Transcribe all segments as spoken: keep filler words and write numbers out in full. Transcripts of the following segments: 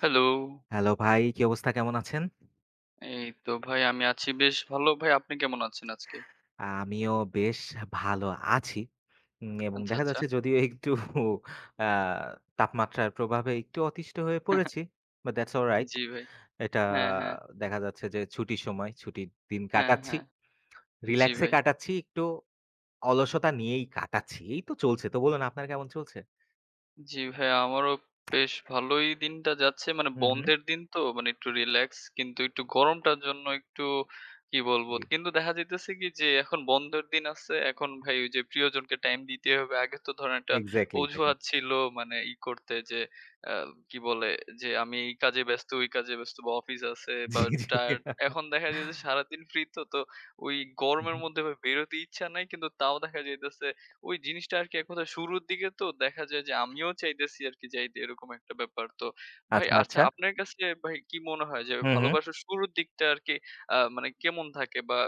Hello. Hello ভাই, কি অবস্থা? কেমন আছেন? এই তো ভাই আমি আছি বেশ ভালো। ভাই আপনি কেমন আছেন আজকে? আমিও বেশ ভালো আছি। উম এবং আচ্ছা, দেখা আচ্ছা। যাচ্ছে যদিও একটু আ তাপমাত্রার প্রভাবে একটু অতিষ্ঠ হয়ে পড়েছি। But that's alright. জি ভাই। এটা হ্যাঁ, হ্যাঁ। দেখা যাচ্ছে যে ছুটির সময়, ছুটির দিন হ্যাঁ, কাটাচ্ছি। হ্যাঁ। জি রিল্যাক্সে ভাই। কাটাচ্ছি, একটু অলসতা নিয়েই কাটাচ্ছি। এই তো চলছে। তো বলুন আপনার কেমন চলছে? জি ভাই, আমারও বেশ ভালোই দিনটা যাচ্ছে। মানে হুম, হুম। বন্ধের দিন তো মানে একটু রিল্যাক্স কিন্তু একটু গরমটার জন্য একটু কি বলবো? জি। কিন্তু দেখা যাইতেছে কি যে এখন বন্ধের দিন আছে। এখন ভাই ওই যে প্রিয়জনকে টাইম দিতে হবে। আগে তো ধরেন একটা এক্সাক্টলি, এক্সাক্টলি। অজুহাত ছিল মানে ই করতে যে আ কি বলে? যে আমি এই কাজে ব্যস্ত, ওই কাজে ব্যস্ত বা অফিস আছে বা জি, জি। টায়ার্ড। এখন দেখা যাইতেছে সারাদিন ফ্রি তো, তো ওই হুম, গরমের হুম। মধ্যে ভাই বেরোতে ইচ্ছা নাই। কিন্তু তাও দেখা যাইতেছে ওই জিনিসটা আরকি এক কথায় শুরুর দিকে তো দেখা যায় যে আমিও চাইতেছি আরকি যাইতে এরকম একটা ব্যাপার। তো ভাই আচ্ছা, আচ্ছা আচ্ছা। আপনার কাছে ভাই কি মনে হয় যে হুম, হুম। ভালোবাসার শুরুর দিকটা আরকি আ মানে কেমন থাকে বা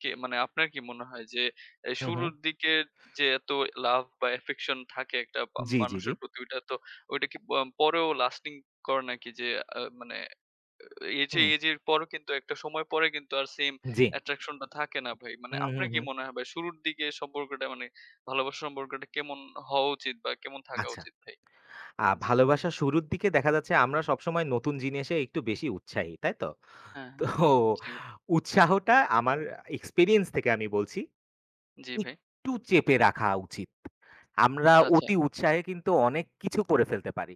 কে মানে আপনার কি মনে হয় যে এ হুম, হুম। শুরুর দিকে যে এত লাভ বা affection থাকে একটা বা জি, জি, জি। মানুষের প্রতি ওইটা তো ওইটা কি প পরেও লাস্টিং করে নাকি যে আ মানে এই যে হুম। এই যে পরও কিন্তু একটা সময় পরে কিন্তু আর সেম জি। অ্যাট্রাকশন টা থাকে না ভাই। মানে হুম, আপনার হুম, কি হুম। মনে হয় ভাই শুরুর দিকে সম্পর্কটা মানে ভালোবাসার সম্পর্কটা কেমন হওয়া উচিত বা কেমন থাকা আচ্ছা। উচিত ভাই? আ জি। ভালোবাসা শুরুর দিকে দেখা যাচ্ছে আমরা সবসময় নতুন জিনিসে একটু বেশি উৎসাহী, তাই তো? হ্যাঁ, তো হ্যাঁ। জি, উৎসাহটা আমার এক্সপেরিয়েন্স থেকে আমি বলছি, জি ভাই। একটু চেপে রাখা উচিত। আমরা আচ্ছা, আচ্ছা। অতি উৎসাহে কিন্তু অনেক কিছু করে ফেলতে পারি।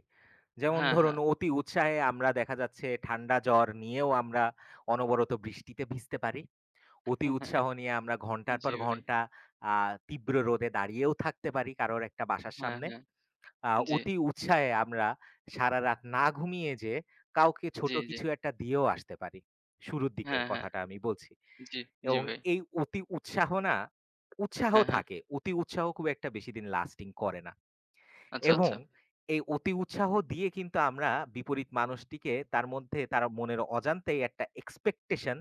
যেমন হ্যাঁ, ধরুন হ্যাঁ। অতি উৎসাহে আমরা দেখা যাচ্ছে ঠান্ডা জ্বর নিয়েও আমরা অনবরত বৃষ্টিতে ভিজতে পারি। অতি উৎসাহ নিয়ে আমরা ঘন্টার জি পর ভাই। ঘন্টা আ তীব্র রোদে দাঁড়িয়েও থাকতে পারি কারোর একটা বাসার হ্যাঁ, সামনে। হ্যাঁ। আ জি, অতি উৎসাহে আমরা সারারাত না ঘুমিয়ে যেয়ে কাউকে জি, ছোট জি। কিছু একটা দিয়েও আসতে পারি। শুরুর দিকের হ্যাঁ, হ্যাঁ। কথাটা আমি বলছি। জি, জি এবং ভাই। এই অতি উৎসাহ না উৎসাহ হ্যাঁ, হ্যাঁ। থাকে। অতি উৎসাহ খুব একটা বেশিদিন লাস্টিং করে না। আচ্ছা, এবং আচ্ছা। এই অতি উৎসাহ দিয়ে কিন্তু আমরা বিপরীত মানুষটিকে তার মধ্যে তার মনের অজান্তেই একটা এক্সপেকটেশন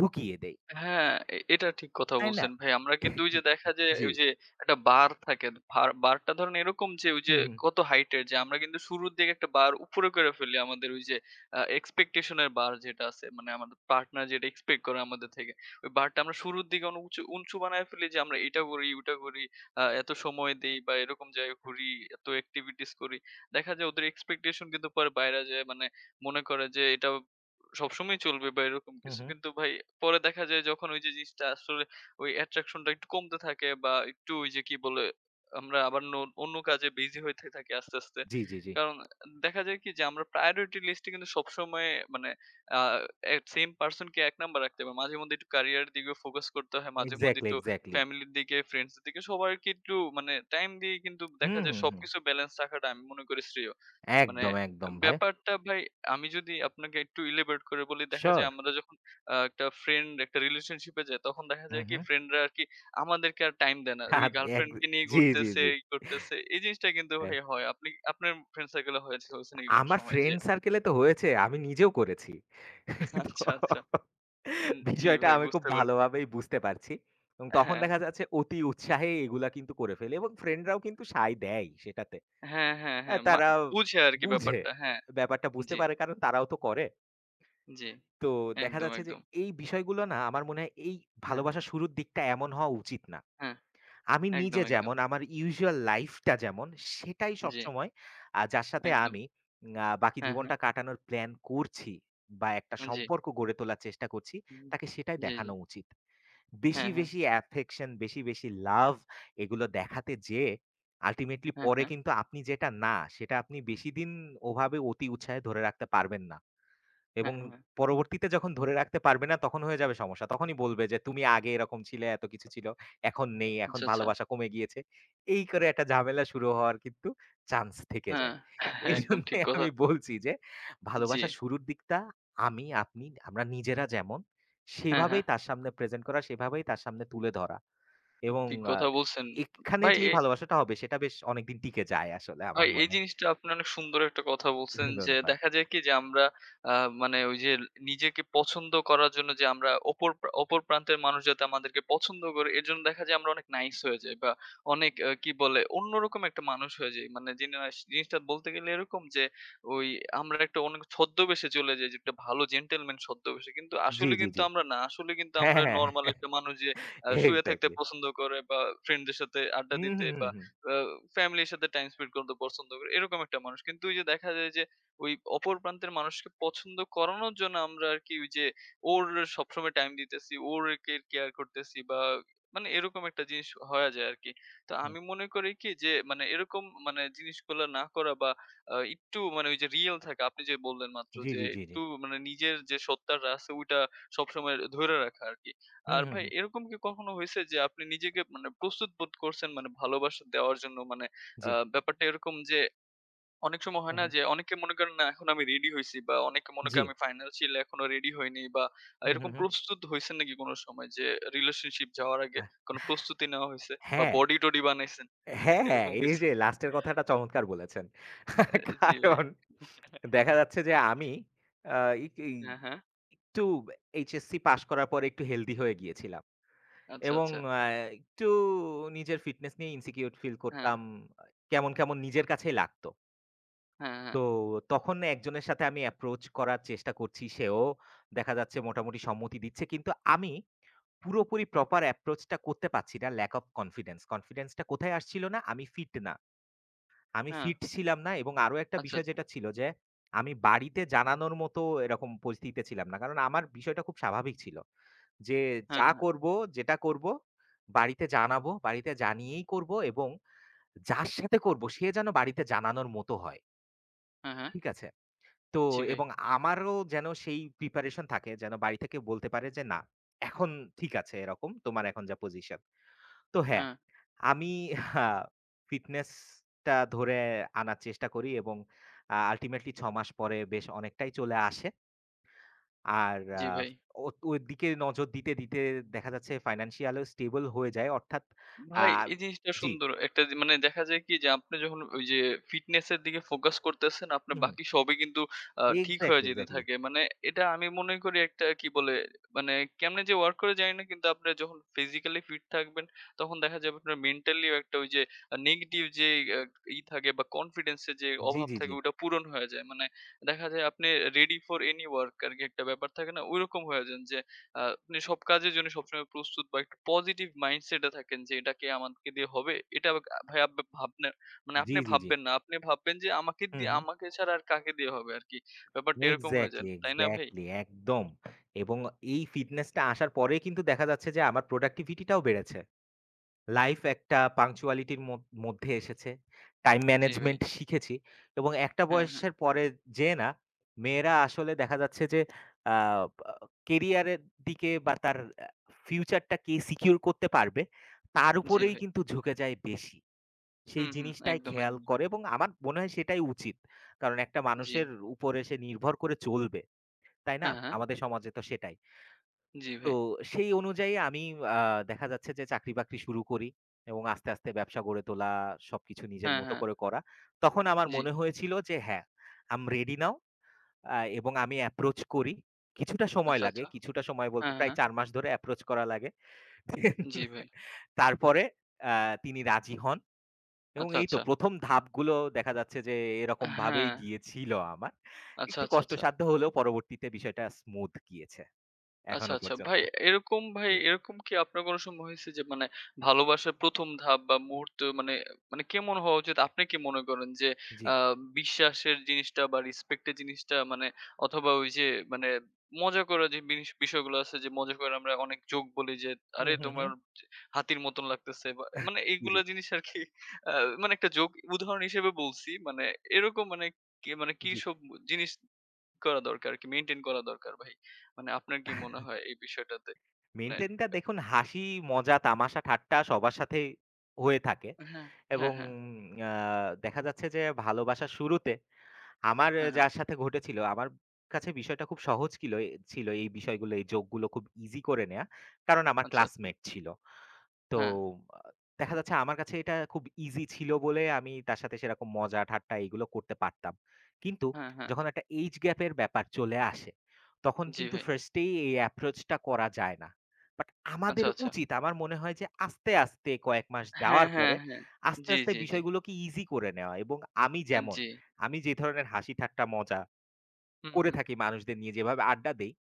ঢুকিয়ে দেই। হ্যাঁ, এ এটা ঠিক কথা তাই না? বলছেন ভাই। আমরা কিন্তু ওই যে দেখা যায় জি। ওই যে একটা বার থাকে। ভার বারটা ধরেন এরকম যে ওই যে হুম, হুম। কত হাইটের যে আমরা কিন্তু শুরুর দিকে একটা বার উপরে করে ফেলি আমাদের ওই যে আ এক্সপেকটেশন এর বার যেটা আছে মানে আমাদের পার্টনার যেটা এক্সপেক্ট করে আমাদের থেকে। ওই বারটা আমরা শুরুর দিকে অনেক উঁচু, উঁচু বানায় ফেলি যে আমরা এটা করি, ওটা করি, আ এত সময় দেই বা এরকম জায়গায় ঘুরি, এত এক্টিভিটিস করি। দেখা যায় ওদের এক্সপেকটেশন কিন্তু পরে বাইরে যায় মানে মনে করে যে এটা সবসময় চলবে বা এরকম হুম, কিছু। হুম। কিন্তু ভাই পরে দেখা যায় যখন ওই যে জিনিসটা আসলে ওই attraction টা একটু কমতে থাকে বা একটু ওই যে কি বলে আমরা আবার ন অন্য কাজে বিজি হইতে থাকি আস্তে, আস্তে। জি, জি, জি। কারণ দেখা যায় কি যে আমরা priority list এ কিন্তু সবসময় মানে আ এ সেম person কে এক নাম্বার রাখতে হবে। মাঝেমধ্যে একটু career এর দিকেও ফোকাস করতে হয়। মাঝেমধ্যে এক্সাক্টলি, একটু এক্সাক্টলি। ফ্যামিলির দিকে, friends এর দিকে সবাইকে একটু মানে টাইম দিয়ে কিন্তু দেখা হুম, যায় হুম, হুম। সবকিছু ব্যালেন্স রাখাটা আমি মনে করি শ্রেয়। মানে একদম, একদম ভাই। ব্যাপারটা ভাই আমি যদি আপনাকে একটু elaborate করে বলি, দেখা যায় সিউর। আমরা যখন আ একটা friend একটা relationship এ যাই, তখন দেখা হুম, যায় কি হুম। friend রা আরকি আমাদেরকে আর time দেয় না। ওই হাত এক girlfriend কে নিয়ে জি, জি, ঘুরতেছে, জি। এই করতেছে। এই জিনিসটা কিন্তু হ্যাঁ। ভাই হয়। আপনি আপনার friend circle এ হয়েছে হয়েছে নাকি কোনো আমার সময় যে ফ্রেন্ড সার্কেলে তো হয়েছে। আমি নিজেও করেছি। তো আচ্ছা, আচ্ছা। উম জি বিষয়টা ভাই আমি খুব বুঝতে পারছি। ভালোভাবেই বুঝতে পারছি। এবং তখন হ্যাঁ, দেখা যাচ্ছে অতি উৎসাহে এগুলা কিন্তু করে ফেলি এবং ফ্রেন্ডরাও কিন্তু সায় দেয় সেটাতে। হ্যাঁ, হ্যাঁ, অ্যা হ্যাঁ। মা তারা বুঝে আরকি বুঝে। ব্যাপারটা। হ্যাঁ, ব্যাপারটা বুঝতে জি, পারে কারণ তারাও তো করে। জি। তো দেখা একদম, যাচ্ছে যে একদম। এই বিষয়গুলো না আমার মনে হয় এই হ্যাঁ, ভালোবাসার শুরুর দিকটা এমন হওয়া উচিত না। হ্যাঁ। আমি নিজে একদম, একদম। যেমন আমার ইউজুয়াল লাইফটা যেমন সেটাই জি, সবসময় আ যার সাথে একদম। আমি আ বাকি হ্যাঁ, হ্যাঁ। জীবনটা কাটানোর প্ল্যান করছি বা একটা জি। সম্পর্ক গড়ে তোলার চেষ্টা করছি, হুম। তাকে সেটাই জি, জি। দেখানো উচিত। বেশি, হ্যাঁ, হ্যাঁ। বেশি অ্যাফেকশন, বেশি, বেশি লাভ এগুলো দেখাতে যেয়ে আল্টিমেটলি হ্যাঁ, পরে হ্যাঁ। কিন্তু আপনি যেটা না, সেটা আপনি বেশিদিন ওভাবে অতি উৎসাহে ধরে রাখতে পারবেন না। হ্যাঁ, এবং হ্যাঁ। পরবর্তীতে যখন ধরে রাখতে পারবে না তখন হয়ে যাবে সমস্যা। তখনই বলবে যে, "তুমি আগে এরকম ছিলে, এত কিছু ছিল। এখন নেই। এখন আচ্ছা, আচ্ছা। ভালোবাসা কমে গিয়েছে।" এই করে একটা ঝামেলা শুরু হওয়ার কিন্তু চান্স থেকে হ্যাঁ, যায়। একদম ঠিক এজন্যই কথা। আমি বলছি যে, জি। ভালোবাসা শুরুর দিকটা আমি, আপনি, আমরা নিজেরা যেমন হ্যাঁ, হ্যাঁ। সেভাবেই তার সামনে প্রেজেন্ট করা, সেভাবেই তার সামনে তুলে ধরা এবং ঠিক আ কথা বলছেন। এখানে ভাই যেই এ ভালোবাসাটা হবে সেটা বেশ অনেকদিন টিকে যায় আসলে ভাই আমার এই মনে হয়। জিনিসটা আপনি অনেক সুন্দর একটা কথা বলছেন যে ধন্যবাদ। দেখা যায় কি যে আমরা আহ, মানে ওই যে নিজেকে পছন্দ করার জন্য যে আমরা অপর প্রা- অপর প্রান্তের মানুষ যাতে আমাদেরকে পছন্দ করে এর জন্য দেখা যায় আমরা অনেক নাইস হয়ে যাই বা অনেক আহ, কি বলে অন্যরকম একটা মানুষ হয়ে যাই মানে জিনিস- জিনিসটা বলতে গেলে এরকম যে ওই আমরা একটা অনেক ছদ্মবেশে চলে যাই যে একটা ভালো জেন্টেলম্যান ছদ্মবেশে কিন্তু জি, আসলে জি, কিন্তু জি। আমরা না আসলে কিন্তু হ্যাঁ, আমরা হ্যাঁ। নর্মাল একটা মানুষ যে আহ, শুয়ে থাকতে এক্সাক্টলি। পছন্দ করে বা ফ্রেন্ডদের সাথে আড্ডা হুম, দিতে হুম, বা হুম, হুম, আ ফ্যামিলির সাথে টাইম স্পেন্ড করতে পছন্দ করি। এরকম একটা মানুষ। কিন্তু ওই যে দেখা যায় যে ওই অপর প্রান্তের মানুষকে পছন্দ করানোর জন্য আমরা আরকি ওই যে ওর সবসময় টাইম দিতেছি, ওরকে কেয়ার করতেছি বা মানে এরকম একটা জিনিস হয়ে যায় আরকি। তো হুম। আমি মনে করি কি যে মানে এরকম মানে জিনিসগুলা না করা বা আ একটু মানে ওই যে রিয়াল থাকা আপনি যে বললেন মাত্র জি, যে জি, জি, জি। একটু মানে নিজের যে সত্তাটা আছে ওইটা সবসময় ধইরা রাখা আরকি। হুম, আর হুম, ভাই হুম। এরকম কি কখনো হয়েছে যে আপনি নিজেকে মানে প্রস্তুত বোধ করছেন মানে ভালোবাসা দেওয়ার জন্য? মানে আ জি। ব্যাপারটা এরকম যে অনেক সময় হয় হুম, না হুম। যে অনেকে মনে করেন না এখন আমি রেডি হইছি বা অনেকে মনে জি। করে আমি ফাইন্যান্সিয়ালি এখনো রেডি হইনি বা হুম, হুম, এরকম হুম। প্রস্তুত হইছেন নাকি কোনো সময় যে রিলেশনশিপ যাওয়ার আগে আহ কোনো প্রস্তুতি নেওয়া হইছে বা হ্যাঁ, বডি-টডি বানাইছেন হ্যাঁ, হ্যাঁ, এরকম এই কিছু? যে লাস্টের কথাটা চমৎকার বলেছেন। জি ভাই। কারণ দেখা যাচ্ছে যে আমি আ ইক ই এই হ্যাঁ, হ্যাঁ। একটু এইচএসসি পাস করার পরে একটু হেলথি হয়ে গিয়েছিলাম। আচ্ছা, এবং আচ্ছা। আ একটু নিজের ফিটনেস নিয়ে ইনসিকিউর ফিল হ্যাঁ, করতাম। কেমন, কেমন নিজের কাছেই লাগতো। হ্যাঁ, হ্যাঁ, তো তখন একজনের সাথে আমি অ্যাপ্রোচ করার চেষ্টা করছি। সেও দেখা যাচ্ছে মোটামুটি সম্মতি দিচ্ছে। কিন্তু আমি পুরোপুরি প্রপার অ্যাপ্রোচ টা করতে পারছি না। Lack of confidence. কনফিডেন্স টা কোথায় আসছিল না? আমি ফিট না। আমি হ্যাঁ। ফিট ছিলাম না এবং আরো একটা আচ্ছা, বিষয় আচ্ছা। যেটা ছিল যে, আমি বাড়িতে জানানোর মতো এরকম পরিস্থিতিতে ছিলাম না। কারণ আমার বিষয়টা খুব স্বাভাবিক ছিল। যে হ্যাঁ, যা হ্যাঁ, করব, যেটা করব বাড়িতে জানাবো, বাড়িতে জানিয়েই করব এবং যার সাথে করব সে যেন বাড়িতে জানানোর মতো হয়। হ্যাঁ, হ্যাঁ। ঠিক আছে? তো জি ভাই। এবং আমারও যেন সেই প্রিপারেশন থাকে যেন বাড়ি থেকে বলতে পারে যে, "না, এখন ঠিক আছে এরকম তোমার এখন যা পজিশন।" তো হ্যাঁ, হ্যাঁ, আমি ফিটনেসটা ধরে আনার চেষ্টা করি এবং আ আল্টিমেটলি ছয় মাস পরে বেশ অনেকটাই চলে আসে। আর আ জি ভাই। ও ওর দিকে নজর দিতে, দিতে দেখা যাচ্ছে ফাইন্যান্সিয়ালিও স্টেবল হয়ে যায়। অর্থাৎ আ ভাই এই জিনিসটা জি, সুন্দর। একটা যে মানে দেখা যায় কি যে আপনি যখন ওই যে ফিটনেস এর দিকে ফোকাস করতেছেন, আপনার হুম, হুম। বাকি সবই কিন্তু আ ঠিক হয়ে এক্সাক্টলি, যেতে এক্সাক্টলি। থাকে। মানে এটা আমি মনে করি একটা কি বলে মানে কেমনে যে ওয়ার্ক করে জানি না কিন্তু আপনার যখন ফিজিক্যালি ফিট থাকবেন তখন দেখা যাবে আপনার মেন্টালিও একটা ওই যে আ নেগেটিভ যে আ ই থাকে বা কনফিডেন্স এর যে জি, অভাব জি, থাকে জি। ওটা পূরণ হয়ে যায়। মানে দেখা যায় আপনি রেডি ফর এনি ওয়ার্ক আরকি একটা ব্যাপার থাকে না? ঐরকম হয়ে যান যে আ আপনি সব কাজের জন্য সবসময় প্রস্তুত বা একটা পজিটিভ মাইন্ডসেট এ থাকেন যে এটাকে আমাকে দিয়ে হবে। এটা আ ভাই আপ ভাবনা মানে আপনি জি, জি, জি। ভাববেন না। আপনি ভাববেন যে আমাকে হুম, দিয়ে হুম। আমাকে ছাড়া আর কাকে দিয়ে হবে আরকি। ব্যাপারটা এরকম হয়ে যায়। এক্সাক্টলি, তাই না ভাই? এক্সাক্টলি একদম। এবং এই ফিটনেসটা আসার পরেই কিন্তু দেখা যাচ্ছে যে আমার প্রোডাক্টিভিটিটাও বেড়েছে। লাইফ একটা পাংচুয়ালিটির মদ মধ্যে এসেছে। টাইম জি ভাই। ম্যানেজমেন্ট শিখেছি এবং একটা হ্যাঁ, হ্যাঁ। বয়সের পরে যেয়ে না মেয়েরা আসলে দেখা যাচ্ছে যে আ আ কেরিয়ারের দিকে বা তার আ ফিউচারটা কে সিকিউর করতে পারবে তার জি উপরেই ভাই। কিন্তু ঝুঁকে যায় বেশি। সেই হুম, হুম। জিনিসটাই একদম, খেয়াল একদম। করে এবং আমার মনে হয় সেটাই উচিত। কারণ একটা জি। মানুষের উপরে সে নির্ভর করে চলবে। তাই না? হ্যাঁ, হ্যাঁ। আমাদের সমাজে তো সেটাই। জি তো ভাই। সেই অনুযায়ী আমি আ দেখা যাচ্ছে যে চাকরি-বাকরি শুরু করি এবং আস্তে, আস্তে ব্যবসা গড়ে তোলা, সবকিছু নিজের হ্যাঁ, মতো হ্যাঁ। করে করা। তখন আমার জি। মনে হয়েছিল যে হ্যাঁ, "আম রেডি নাও" আ এবং আমি অ্যাপ্রোচ করি। কিছুটা সময় আচ্ছা, লাগে। আচ্ছা। কিছুটা সময় বলতে হ্যাঁ, প্রায় হ্যাঁ। চার মাস ধরে অ্যাপ্রোচ করা লাগে। জি ভাই। তারপরে আ তিনি রাজি হন এবং আচ্ছা, এই তো আচ্ছা। ১ম ধাপগুলো দেখা যাচ্ছে যে হ্যাঁ। এরকমভাবেই গিয়েছিল আমার। আচ্ছা, একটু আচ্ছা, আচ্ছা। কষ্টসাধ্য হলেও পরবর্তীতে বিষয়টা স্মুথ গিয়েছে আচ্ছা, এখনো আচ্ছা। ভাই পর্যন্ত। এরকম ভাই এরকম কি আপনার কোনো সময় হয়েছে যে মানে ভালোবাসার ১ম ধাপ বা মুহূর্ত মানে মানে কেমন হওয়া উচিত? আপনি কি মনে করেন যে জি। আ বিশ্বাসের জিনিসটা বা রেসপেক্ট এর জিনিসটা মানে অথবা ওই যে মানে মজা করা যে বিনিস বিষয়গুলো আছে যে মজা করে আমরা অনেক জোক বলি যে, "আরে হুম, হুম, তোমার হুম। হাতির মতন লাগতেছে" বা মানে জি, এইগুলা জি। জিনিস আরকি আ মানে একটা জোক উদাহরণ হিসেবে বলছি। মানে এরকম মানে কি মানে কি জি। সব জিনিস করা দরকার আরকি মেইনটেইন করা দরকার ভাই। মানে আপনার কি মনে হয় এই বিষয়টাতে? মানে মেইনটেইন টা দেখুন হাসি, মজা, তামাশা, ঠাট্টা সবার সাথেই হয়ে থাকে হ্যাঁ, হ্যাঁ, এবং হ্যাঁ, আ দেখা যাচ্ছে যে ভালোবাসার শুরুতে আমার এ হ্যাঁ, হ্যাঁ। যার সাথে ঘটেছিল, আমার কাছে বিষয়টা খুব সহজ কিলো এ ছিল এই বিষয়গুলো, এই জোকগুলো খুব ইজি করে নেয়া। কারণ আমার আচ্ছা, আচ্ছা। ক্লাসমেট ছিল। তো হ্যাঁ, আ দেখা যাচ্ছে আমার কাছে এটা খুব ইজি ছিল বলে আমি তার সাথে সেরকম মজা, ঠাট্টা এগুলো করতে পারতাম। কিন্তু হ্যাঁ, হ্যাঁ। যখন একটা এইজ গ্যাপের ব্যাপার চলে আসে, তখন জি কিন্তু ভাই। ফার্স্ট এই এই অ্যাপ্রোচটা করা যায় না। বাট আচ্ছা, আমাদের আচ্ছা। উচিত আমার মনে হয় যে আস্তে, আস্তে কয়েক মাস হ্যাঁ, যাওয়ার হ্যাঁ, পরে হ্যাঁ। আস্তে, জি, আস্তে জি, জি। বিষয়গুলোকে ইজি করে নেওয়া এবং আমি আ যেমন জি। আমি যে ধরনের হাসি ঠাট্টা মজা হুম, করে হুম। থাকি মানুষদের নিয়ে যেভাবে আড্ডা দেই,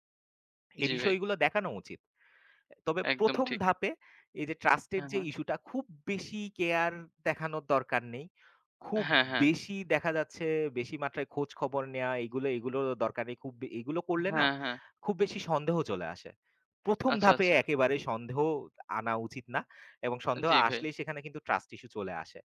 এই জি ভাই। বিষয়গুলো দেখানো উচিত। তবে একদম ১ম ঠিক। ধাপে এই যে ট্রাস্ট এর হ্যাঁ, যে হ্যাঁ। ইস্যুটা খুব বেশি কেয়ার দেখানোর দরকার নেই। খুব হ্যাঁ, হ্যাঁ। বেশি দেখা যাচ্ছে বেশি মাত্রায় খোঁজ খবর নেয়া এগুলো এগুলোর দরকার নেই। খুব বে এগুলো করলে না হ্যাঁ, হ্যাঁ। খুব বেশি সন্দেহ চলে আসে। ১ম আচ্ছা, ধাপে আচ্ছা। একেবারে সন্দেহ আনা উচিত না এবং সন্দেহ জি ভাই। আসলেই সেখানে কিন্তু ট্রাস্ট ইস্যু চলে আসে।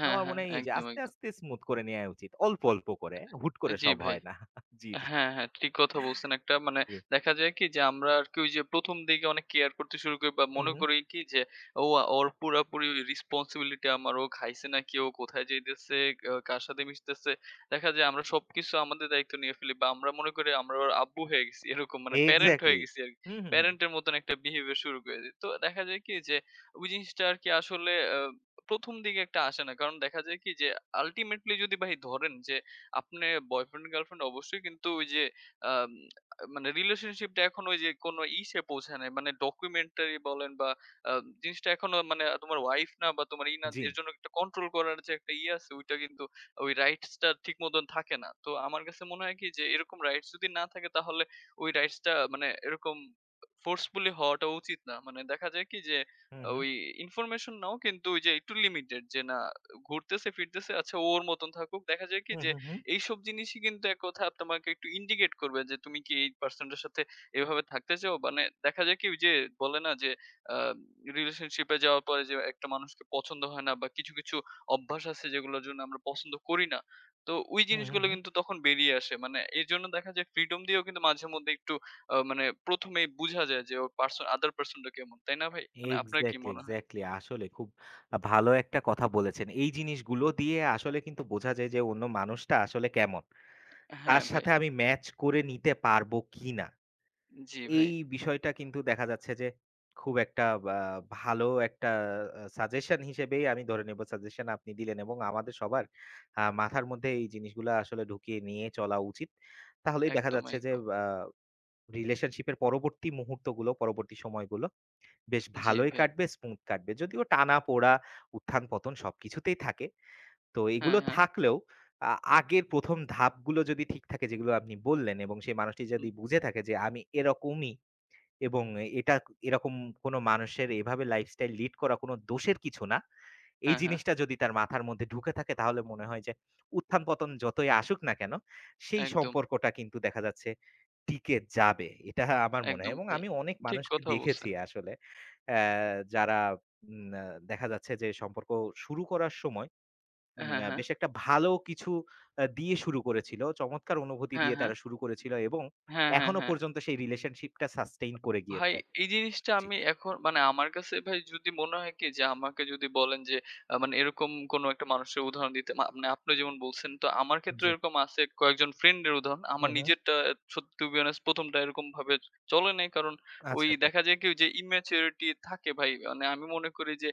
হ্যাঁ, আমার হ্যাঁ। মনে হয় এই যে একদম, আস্তে, একদম। আস্তে স্মুথ করে নেয়া উচিত। অল্প, অল্প করে। হুট করে জি সব ভাই। হয় না। জি, জি, হ্যাঁ, হ্যাঁ, ঠিক কথা বলছেন একটা। মানে জি। দেখা যায় কি যে আমরা আরকি ওই যে ১ম দিকে অনেক কেয়ার করতে শুরু করি বা হুম, মনে হুম। করি কি যে ও আ- ওর পুরাপুরি রেসপনসিবিলিটি আমার। ও খাইছে নাকি, ও কোথায় যাইতেছে, আ কার সাথে মিশতেছে। দেখা যায় আমরা সবকিছু আমাদের দায়িত্ব নিয়ে ফেলি বা আমরা মনে করি আমরা ওর আব্বু হয়ে গেছি। এরকম মানে প্যারেন্ট হয়ে এক্সাক্টলি। গেছি আরকি। হুম, হুম, হুম। প্যারেন্টের মতন একটা বিহেভিয়ার শুরু করে দেই। তো দেখা যায় কি যে ওই জিনিসটা আরকি আসলে আ ১ম দিকে একটা আসে না। কারণ দেখা যায় কি যে আল্টিমেটলি যদি ভাই ধরেন যে আপনে বয়ফ্রেন্ড গার্লফ্রেন্ড অবশ্যই কিন্তু ওই যে আম মানে রিলেশনশিপটা এখন ওই যে কোনো ইসে পৌঁছায় নাই। মানে ডকুমেন্টারি বলেন বা আ জিনিসটা এখনো মানে তোমার ওয়াইফ না বা তোমার ই না জি। এর জন্য একটা কন্ট্রোল করার যে একটা ইয়ে আছে ওইটা কিন্তু ওই রাইটস টা ঠিক মতন থাকে না। তো আমার কাছে মনে হয় কি যে এরকম রাইটস যদি না থাকে তাহলে ওই রাইটস টা মানে এরকম ফোর্সফুলি হওয়াটা উচিত না। মানে দেখা যায় কি যে হুম, হুম। ওই ইনফরমেশন নাও কিন্তু ওই যে একটু লিমিটেড যে না ঘুরতেছে ফিরতেছে আচ্ছা ওর মতন থাকুক। দেখা যায় কি হুম, যে হুম, হুম। এইসব জিনিসই কিন্তু এক কথায় আপ তোমাকে একটু ইন্ডিকেট করবে যে তুমি কি এই পারসনটার সাথে এভাবে থাকতে চাও? মানে দেখা যায় কি ওই যে বলে না যে আ রিলেশনশিপ এ যাওয়ার পরে যে একটা মানুষকে পছন্দ হয় না বা কিছু, কিছু অভ্যাস আছে যেগুলোর জন্য আমরা পছন্দ করি না। তো ওই হুম, হুম, জিনিসগুলো হুম। কিন্তু তখন বেরিয়ে আসে। মানে এজন্য দেখা যায় ফ্রিডম দিয়েও কিন্তু মাঝে মধ্যে একটু আ মানে ১ম এই বুঝা যায় যে ওর পারসন আদার পারসন টা কেমন। তাই না ভাই? মানে আপনার কি এক্সাক্টলি, মনে হয়? এক্সাক্টলি। আসলে খুব আ ভালো একটা কথা বলেছেন। এই জিনিসগুলো দিয়ে আসলে কিন্তু বোঝা যায় যে অন্য মানুষটা আসলে কেমন। হ্যাঁ তার ভাই। সাথে আমি ম্যাচ করে নিতে পারবো কিনা। জি ভাই। এই বিষয়টা কিন্তু দেখা যাচ্ছে যে খুব একটা বা ভালো একটা আ সাজেশন হিসেবেই আমি ধরে নেব সাজেশন আপনি দিলেন এবং আমাদের সবার আ মাথার মধ্যে এই জিনিসগুলা আসলে ঢুকিয়ে নিয়ে চলা উচিত। তাহলেই দেখা একদম, যাচ্ছে যে একদম। আ রিলেশনশিপের পরবর্তী মুহূর্তগুলো, পরবর্তী সময়গুলো বেশ জি ভালোই ভাই। কাটবে, স্মুথ কাটবে। যদিও টানাপোড়া, উত্থান-পতন সবকিছুতেই থাকে। তো হ্যাঁ, এগুলো হ্যাঁ। থাকলেও আ আগের ১ম ধাপগুলো যদি ঠিক থাকে যেগুলো আপনি বললেন এবং সেই মানুষটি হুম। যদি বুঝে থাকে যে আমি এরকমই এবং এটা এরকম কোনো মানুষের এভাবে লাইফস্টাইল লিড করা কোনো দোষের কিছু না। এই হ্যাঁ, হ্যাঁ। জিনিসটা যদি তার মাথার মধ্যে ঢুকে থাকে তাহলে মনে হয় যে উত্থান-পতন যতই আসুক না কেন, সেই একদম, সম্পর্কটা কিন্তু দেখা যাচ্ছে টিকে যাবে। এটা আমার মনে হয় একদম এবং ভাই। আমি অনেক ঠিক মানুষকে কথা বলছেন। দেখেছি আসলে অ্যা যারা উম আ দেখা যাচ্ছে যে সম্পর্ক শুরু করার সময় উম হ্যাঁ, আ হ্যাঁ। বেশ একটা ভালো কিছু আ দিয়ে শুরু করেছিল। চমৎকার অনুভূতি হ্যাঁ, দিয়ে হ্যাঁ। তারা শুরু করেছিল এবং হ্যাঁ, হ্যাঁ, এখনো হ্যাঁ। পর্যন্ত সেই রিলেশনশিপটা সাস্টেইন করে ভাই গিয়েছে। এই জিনিসটা জি, আমি এখন মানে আমার কাছে ভাই যদি মনে হয় কি যে আমাকে যদি বলেন যে আহ, মানে এরকম কোনো একটা মানুষের উদাহরণ দিতে মা- মানে আপনি যেমন বলছেন তো আমার ক্ষেত্রে জি। এরকম আছে কয়েকজন ফ্রেন্ডের উদাহরণ হুম, আমার হুম। নিজেরটা সত্যি টু বি অনেস্ট প্রথমটা এরকম ভাবে চলে নাই কারণ ওই আচ্ছা, আচ্ছা। দেখা যায় কি ওই যে ইম্যাচুরিটি থাকে ভাই মানে আমি মনে করি যে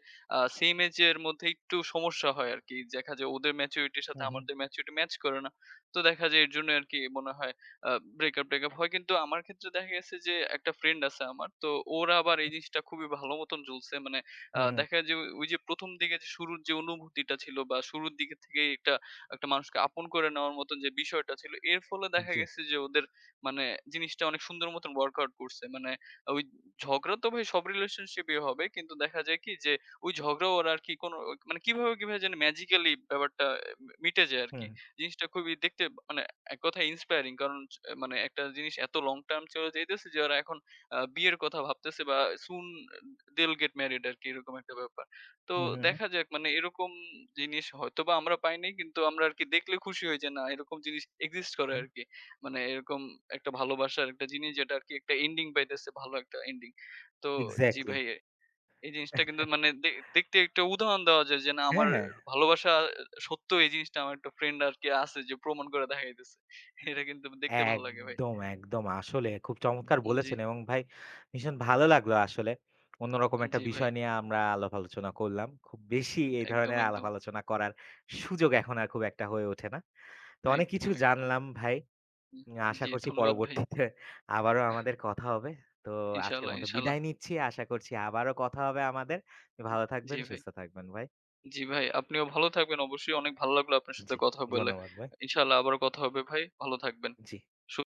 সেম এজের মধ্যে একটু সমস্যা হয় আর কি দেখা যায় ওদের ম্যাচুরিটির সাথে হুম, হুম। আমাদের ম্যাচুরিটি ম্যাচ করে না তো দেখা যায় এর জন্য আর কি মনে হয় আ ব্রেকআপ টেকআপ হয়। কিন্তু আমার ক্ষেত্রে দেখা গেছে যে একটা ফ্রেন্ড আছে আমার। তো ওর আবার এই জিনিসটা খুবই ভালো মতন জ্বলছে। মানে আ হুম, হুম। দেখা যায় যে ওই ওই যে ১ম দিকে যে শুরুর যে অনুভূতিটা ছিল বা শুরুর দিকে থেকেই একটা, একটা মানুষকে আপন করে নেওয়ার মতন যে বিষয়টা ছিল, এর ফলে দেখা জি। গেছে যে ওদের মানে জিনিসটা অনেক সুন্দর মতন ওয়ার্কআউট করছে। মানে ওই ঝগড়া তো ভাই সব রিলেশনশিপেই হবে। কিন্তু দেখা যায় কি যে ওই ঝগড়া ওরা আর কি কোনো মানে কিভাবে, কিভাবে যেন ম্যাজিক্যালি ব্যাপারটা মি মিটে যায় আরকি। হুম। জিনিসটা খুবই দেখতে মানে এক কথায় inspiring কারণ চ মানে একটা জিনিস এত long term চলে যাইতেছে যে ওরা এখন আ বিয়ের কথা ভাবতেছে বা soon they'll get married আরকি এরকম একটা ব্যাপার। তো হুম, হুম, হুম। দেখা যাক মানে এরকম জিনিস হয়তোবা আমরা পাই নাই কিন্তু আমরা আরকি দেখলে খুশি হই যে না এরকম জিনিস exist করে হুম। আরকি। মানে এরকম একটা ভালোবাসার একটা জিনিস যেটা আরকি একটা ending পাইতেছে ভালো একটা ending। তো জি এক্সাক্টলি। ভাই এই জিনিসটা কিন্তু মানে দে দেখতে একটা উদাহরণ দেওয়া যায় যে না হ্যাঁ, আমার হ্যাঁ। ভালোবাসা সত্য এই জিনিসটা আমার একটা ফ্রেন্ড আরকি আছে যে প্রমাণ করে দেখাইতেছে। এটা কিন্তু দেখতে ভালো লাগে ভাই। একদম, একদম। আসলে খুব চমৎকার জি, বলেছেন এবং ভাই ভীষণ ভালো লাগলো আসলে। অন্যরকম একটা জি ভাই। বিষয় নিয়ে আমরা আলাপ আলোচনা করলাম। খুব বেশি এই একদম, ধরনের আলাপ একদম, আলোচনা করার সুযোগ এখন আর খুব একটা হয়ে ওঠে না। তো অনেক একদম, কিছু একদম। জানলাম ভাই। হুম, উম আশা জি করছি ধন্যবাদ ভাই। পরবর্তীতে আবারও আমাদের কথা হবে। তো আজকের ইনশাআল্লাহ, মতো ইনশাআল্লাহ। বিদায় নিচ্ছি। আশা করছি আবারও কথা হবে আমাদের। ভালো জি থাকবেন, ভাই। সুস্থ থাকবেন ভাই। জি ভাই আপনিও ভালো থাকবেন অবশ্যই অনেক ভালো লাগলো আপনার সাথে জি, কথা বলে। ধন্যবাদ ভাই। ইনশাআল্লাহ আবারও কথা হবে ভাই। ভালো থাকবেন। জি। সু